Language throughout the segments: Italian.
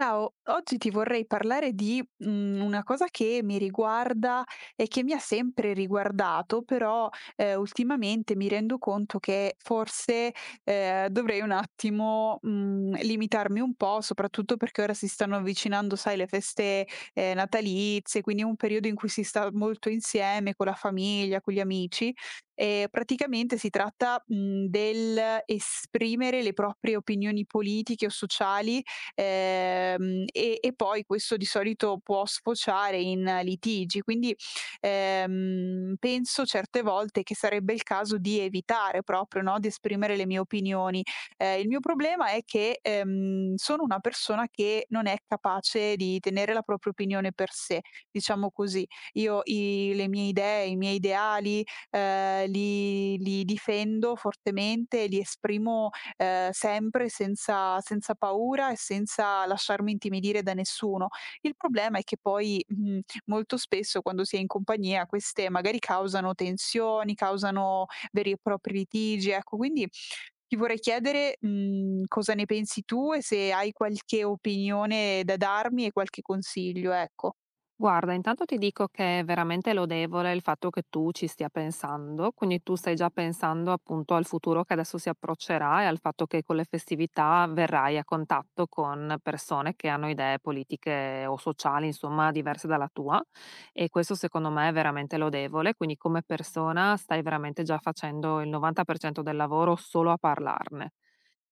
Ciao, oggi ti vorrei parlare di una cosa che mi riguarda e che mi ha sempre riguardato, però ultimamente mi rendo conto che forse dovrei un attimo limitarmi un po', soprattutto perché ora si stanno avvicinando, sai, le feste natalizie, quindi è un periodo in cui si sta molto insieme con la famiglia, con gli amici. E praticamente si tratta, del esprimere le proprie opinioni politiche o sociali, e poi questo di solito può sfociare in litigi. Quindi, penso certe volte che sarebbe il caso di evitare proprio, no, di esprimere le mie opinioni. Il mio problema è che, sono una persona che non è capace di tenere la propria opinione per sé, diciamo così. Io i le mie idee, i miei ideali, li difendo fortemente, li esprimo sempre senza paura e senza lasciarmi intimidire da nessuno. Il problema è che poi, molto spesso quando si è in compagnia queste magari causano tensioni, causano veri e propri litigi, ecco. Quindi ti vorrei chiedere, cosa ne pensi tu e se hai qualche opinione da darmi e qualche consiglio, ecco. Guarda, intanto ti dico che è veramente lodevole il fatto che tu ci stia pensando, quindi tu stai già pensando appunto al futuro che adesso si approccerà e al fatto che con le festività verrai a contatto con persone che hanno idee politiche o sociali, insomma, diverse dalla tua e questo secondo me è veramente lodevole, quindi come persona stai veramente già facendo il 90% del lavoro solo a parlarne.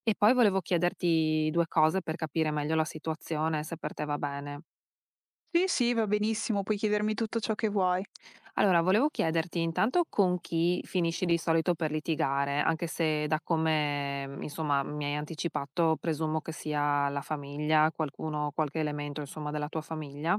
E poi volevo chiederti due cose per capire meglio la situazione, se per te va bene. Sì, sì, va benissimo, puoi chiedermi tutto ciò che vuoi. Allora, volevo chiederti intanto con chi finisci di solito per litigare, anche se da come, insomma, mi hai anticipato presumo che sia la famiglia, qualcuno qualche elemento, insomma, della tua famiglia.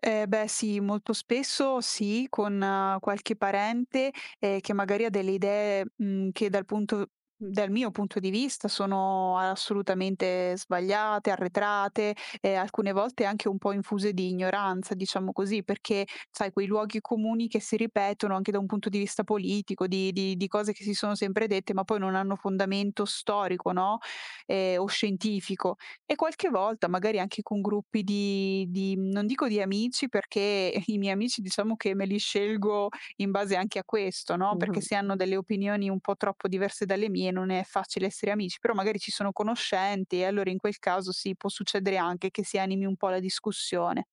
Eh beh sì, molto spesso sì, con, qualche parente, che magari ha delle idee, che dal mio punto di vista sono assolutamente sbagliate, arretrate, e alcune volte anche un po' infuse di ignoranza, diciamo così, perché sai quei luoghi comuni che si ripetono anche da un punto di vista politico, di di cose che si sono sempre dette, ma poi non hanno fondamento storico, no, o scientifico. E qualche volta magari anche con gruppi di non dico di amici perché i miei amici diciamo che me li scelgo in base anche a questo, no, perché Mh-mh. se hanno delle opinioni un po' troppo diverse dalle mie non è facile essere amici, però magari ci sono conoscenti e allora in quel caso sì, può succedere anche che si animi un po' la discussione.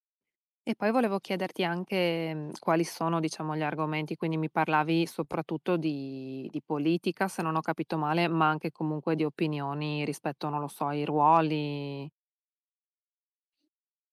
E poi volevo chiederti anche, quali sono, diciamo, gli argomenti, quindi mi parlavi soprattutto di politica, se non ho capito male, ma anche comunque di opinioni rispetto, non lo so, ai ruoli.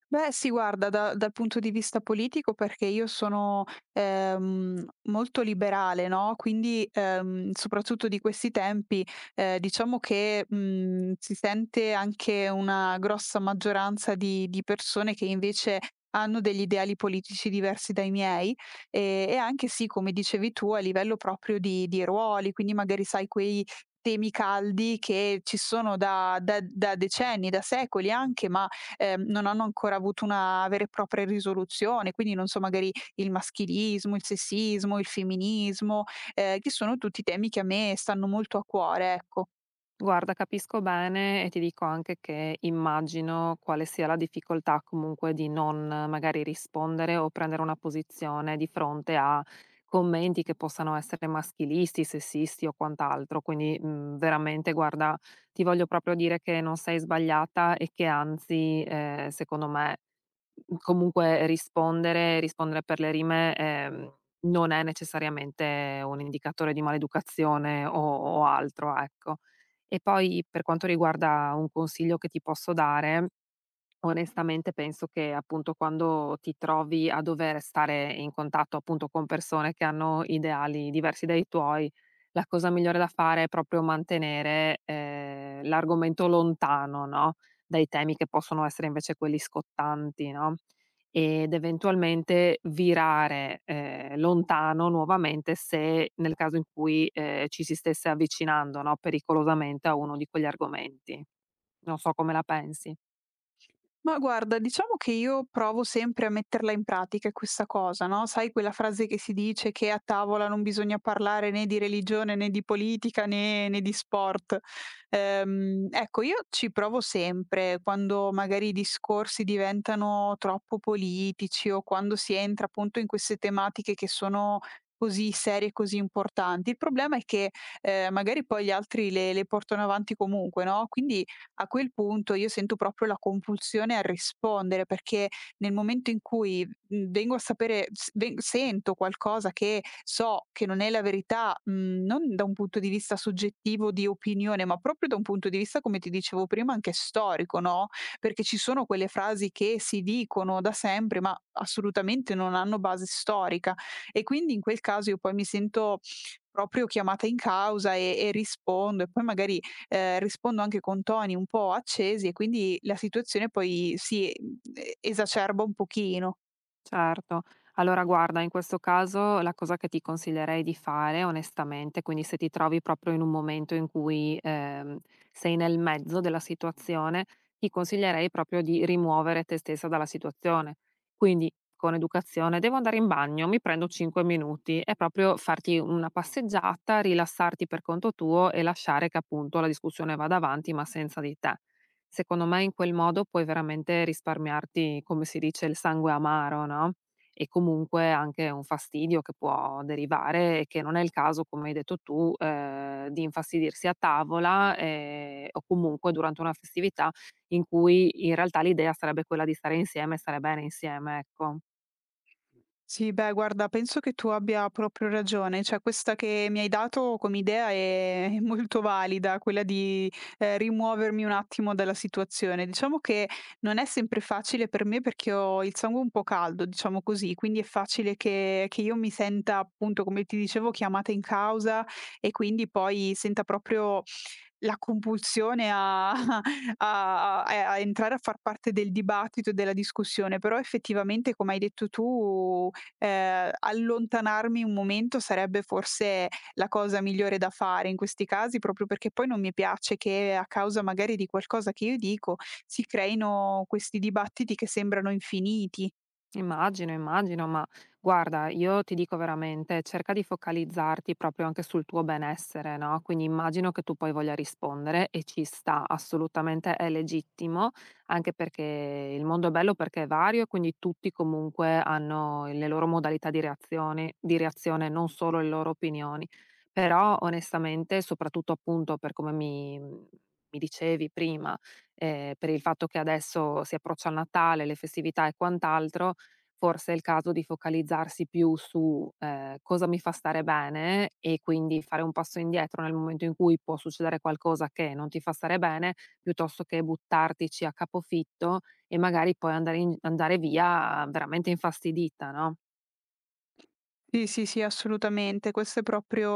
Beh sì, guarda, da dal punto di vista politico perché io sono, ehm, molto liberale, no, quindi, soprattutto di questi tempi, diciamo che, si sente anche una grossa maggioranza di persone che invece hanno degli ideali politici diversi dai miei, e anche sì, come dicevi tu, a livello proprio di ruoli, quindi magari sai quei temi caldi che ci sono da da decenni, da secoli anche, ma non hanno ancora avuto una vera e propria risoluzione, quindi non so, magari il maschilismo, il sessismo, il femminismo, che sono tutti temi che a me stanno molto a cuore, ecco. Guarda, capisco bene e ti dico anche che immagino quale sia la difficoltà comunque di non magari rispondere o prendere una posizione di fronte a commenti che possano essere maschilisti, sessisti o quant'altro. Quindi, mm, veramente, guarda, ti voglio proprio dire che non sei sbagliata e che anzi, secondo me, comunque rispondere, rispondere per le rime non è necessariamente un indicatore di maleducazione o altro, ecco. E poi per quanto riguarda un consiglio che ti posso dare, onestamente penso che appunto quando ti trovi a dover stare in contatto appunto con persone che hanno ideali diversi dai tuoi, la cosa migliore da fare è proprio mantenere, l'argomento lontano, no, dai temi che possono essere invece quelli scottanti, no, ed eventualmente virare, lontano nuovamente se nel caso in cui, ci si stesse avvicinando, no, pericolosamente a uno di quegli argomenti. Non so come la pensi. Ma guarda, diciamo che io provo sempre a metterla in pratica questa cosa, no? Sai quella frase che si dice che a tavola non bisogna parlare né di religione né di politica né di sport. Ecco, io ci provo sempre quando magari i discorsi diventano troppo politici o quando si entra appunto in queste tematiche che sono così serie e così importanti. Il problema è che magari poi gli altri le portano avanti comunque, no? Quindi a quel punto io sento proprio la compulsione a rispondere, perché nel momento in cui, vengo a sapere s ven sento qualcosa che so che non è la verità, non da un punto di vista soggettivo di opinione, ma proprio da un punto di vista, come ti dicevo prima, anche storico, no, perché ci sono quelle frasi che si dicono da sempre, ma assolutamente non hanno base storica. E quindi in quel caso io poi mi sento proprio chiamata in causa e rispondo e poi magari rispondo anche con toni un po' accesi e quindi la situazione poi si, esacerba un pochino. Certo. Allora guarda, in questo caso la cosa che ti consiglierei di fare onestamente, quindi se ti trovi proprio in un momento in cui, sei nel mezzo della situazione, ti consiglierei proprio di rimuovere te stessa dalla situazione. Quindi con educazione: "Devo andare in bagno, mi prendo 5 minuti", e proprio farti una passeggiata, rilassarti per conto tuo e lasciare che appunto la discussione vada avanti, ma senza di te. Secondo me in quel modo puoi veramente risparmiarti, come si dice, il sangue amaro, no, e comunque anche un fastidio che può derivare e che non è il caso, come hai detto tu, di infastidirsi a tavola, o comunque durante una festività in cui in realtà l'idea sarebbe quella di stare insieme e stare bene insieme, ecco. Sì, beh guarda penso che tu abbia proprio ragione, cioè questa che mi hai dato come idea è è molto valida, quella di, rimuovermi un attimo dalla situazione. Diciamo che non è sempre facile per me perché ho il sangue un po' caldo, diciamo così, quindi è facile che io mi senta appunto, come ti dicevo, chiamata in causa e quindi poi senta proprio la compulsione a a entrare a far parte del dibattito e della discussione, però effettivamente, come hai detto tu, allontanarmi un momento sarebbe forse la cosa migliore da fare in questi casi, proprio perché poi non mi piace che a causa magari di qualcosa che io dico si creino questi dibattiti che sembrano infiniti. Immagino, immagino, ma guarda, io ti dico veramente, cerca di focalizzarti proprio anche sul tuo benessere, no? Quindi immagino che tu poi voglia rispondere e ci sta, assolutamente è legittimo, anche perché il mondo è bello perché è vario e quindi tutti comunque hanno le loro modalità di reazione, non solo le loro opinioni. Però onestamente, soprattutto appunto per come mi dicevi prima, per il fatto che adesso si approccia a Natale, le festività e quant'altro, forse è il caso di focalizzarsi più su, cosa mi fa stare bene e quindi fare un passo indietro nel momento in cui può succedere qualcosa che non ti fa stare bene, piuttosto che buttartici a capofitto e magari poi andare via veramente infastidita, no? Sì, sì, sì, assolutamente. Questo è proprio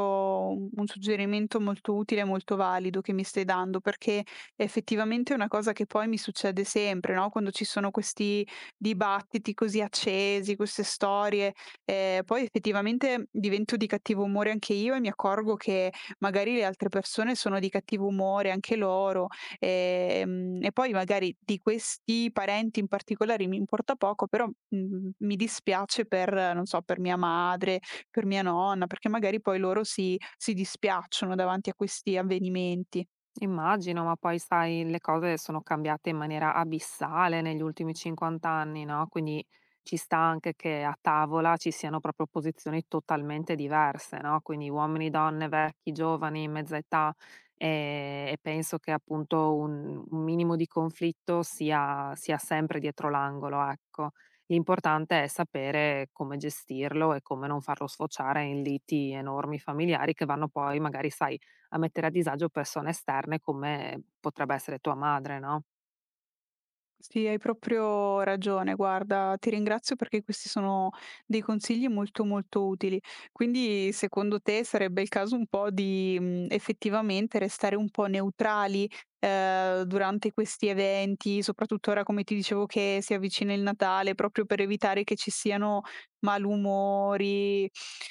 un suggerimento molto utile e molto valido che mi stai dando, perché effettivamente è una cosa che poi mi succede sempre, no? Quando ci sono questi dibattiti così accesi, queste storie, poi effettivamente divento di cattivo umore anche io e mi accorgo che magari le altre persone sono di cattivo umore anche loro. E poi magari di questi parenti in particolare mi importa poco, però, mi dispiace per non so, per mia madre, per mia nonna, perché magari poi loro si dispiacciono davanti a questi avvenimenti. Immagino, ma poi sai, le cose sono cambiate in maniera abissale negli ultimi 50 anni, no, quindi ci sta anche che a tavola ci siano proprio posizioni totalmente diverse, no, quindi uomini, donne, vecchi, giovani, mezza età, e penso che appunto un minimo di conflitto sia sempre dietro l'angolo, ecco. L'importante è sapere come gestirlo e come non farlo sfociare in liti enormi familiari che vanno poi magari, sai, a mettere a disagio persone esterne come potrebbe essere tua madre, no? Sì, hai proprio ragione. Guarda, ti ringrazio perché questi sono dei consigli molto, molto utili. Quindi, secondo te, sarebbe il caso un po' di effettivamente restare un po' neutrali durante questi eventi, soprattutto ora, come ti dicevo, che si avvicina il Natale, proprio per evitare che ci siano malumori.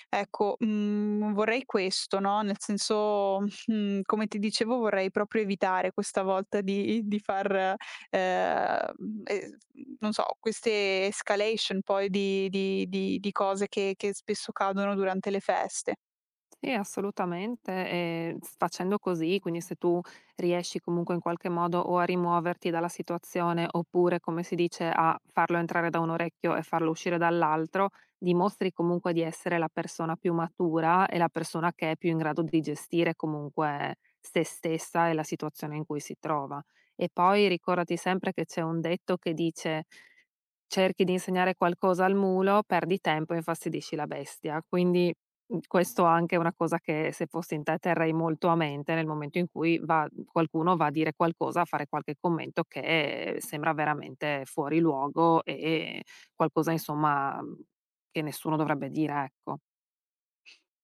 Ecco, vorrei questo, no? Nel senso, come ti dicevo, vorrei proprio evitare questa volta di far e non so, queste escalation poi di cose che spesso cadono durante le feste. Sì, assolutamente. E s facendo così, quindi se tu riesci comunque in qualche modo o a rimuoverti dalla situazione oppure, come si dice, a farlo entrare da un orecchio e farlo uscire dall'altro, dimostri comunque di essere la persona più matura e la persona che è più in grado di gestire comunque se stessa e la situazione in cui si trova. E poi ricordati sempre che c'è un detto che dice: "Cerchi di insegnare qualcosa al mulo, perdi tempo e infastidisci la bestia". Quindi, questo anche è una cosa che se fossi in te terrei molto a mente nel momento in cui va qualcuno va a dire qualcosa, a fare qualche commento che sembra veramente fuori luogo e qualcosa insomma, che nessuno dovrebbe dire, ecco.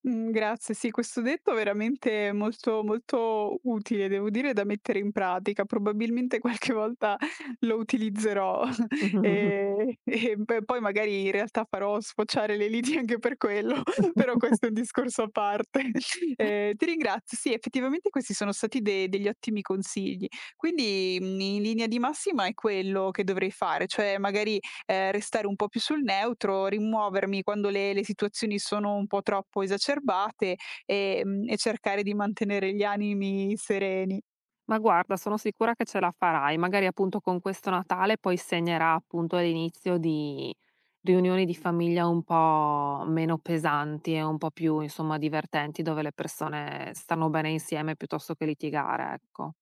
Mhmm, grazie. Sì, questo detto è veramente molto, molto utile, devo dire, da mettere in pratica. Probabilmente qualche volta lo utilizzerò, e p poi magari in realtà farò sfociare le liti anche per quello, però questo è un discorso a parte. Ti ringrazio. Sì, effettivamente questi sono stati de degli ottimi consigli. Quindi, in linea di massima è quello che dovrei fare, cioè magari restare un po' più sul neutro, rimuovermi quando le situazioni sono un po' troppo esacerbate, e cercare di mantenere gli animi sereni. Ma guarda, sono sicura che ce la farai. Magari appunto con questo Natale poi segnerà appunto l'inizio di riunioni di famiglia un po' meno pesanti e un po' più, insomma, divertenti, dove le persone stanno bene insieme piuttosto che litigare, ecco.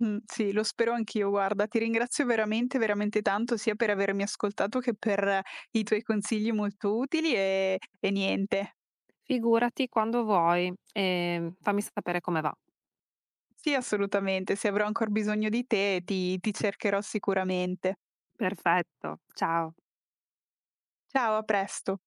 Sì, lo spero anch'io guarda. Ti ringrazio veramente, veramente tanto sia per avermi ascoltato che per i tuoi consigli molto utili e niente. Figurati quando vuoi e fammi sapere come va. Sì, assolutamente, se avrò ancor bisogno di te ti cercherò sicuramente. Perfetto, ciao. Ciao, a presto.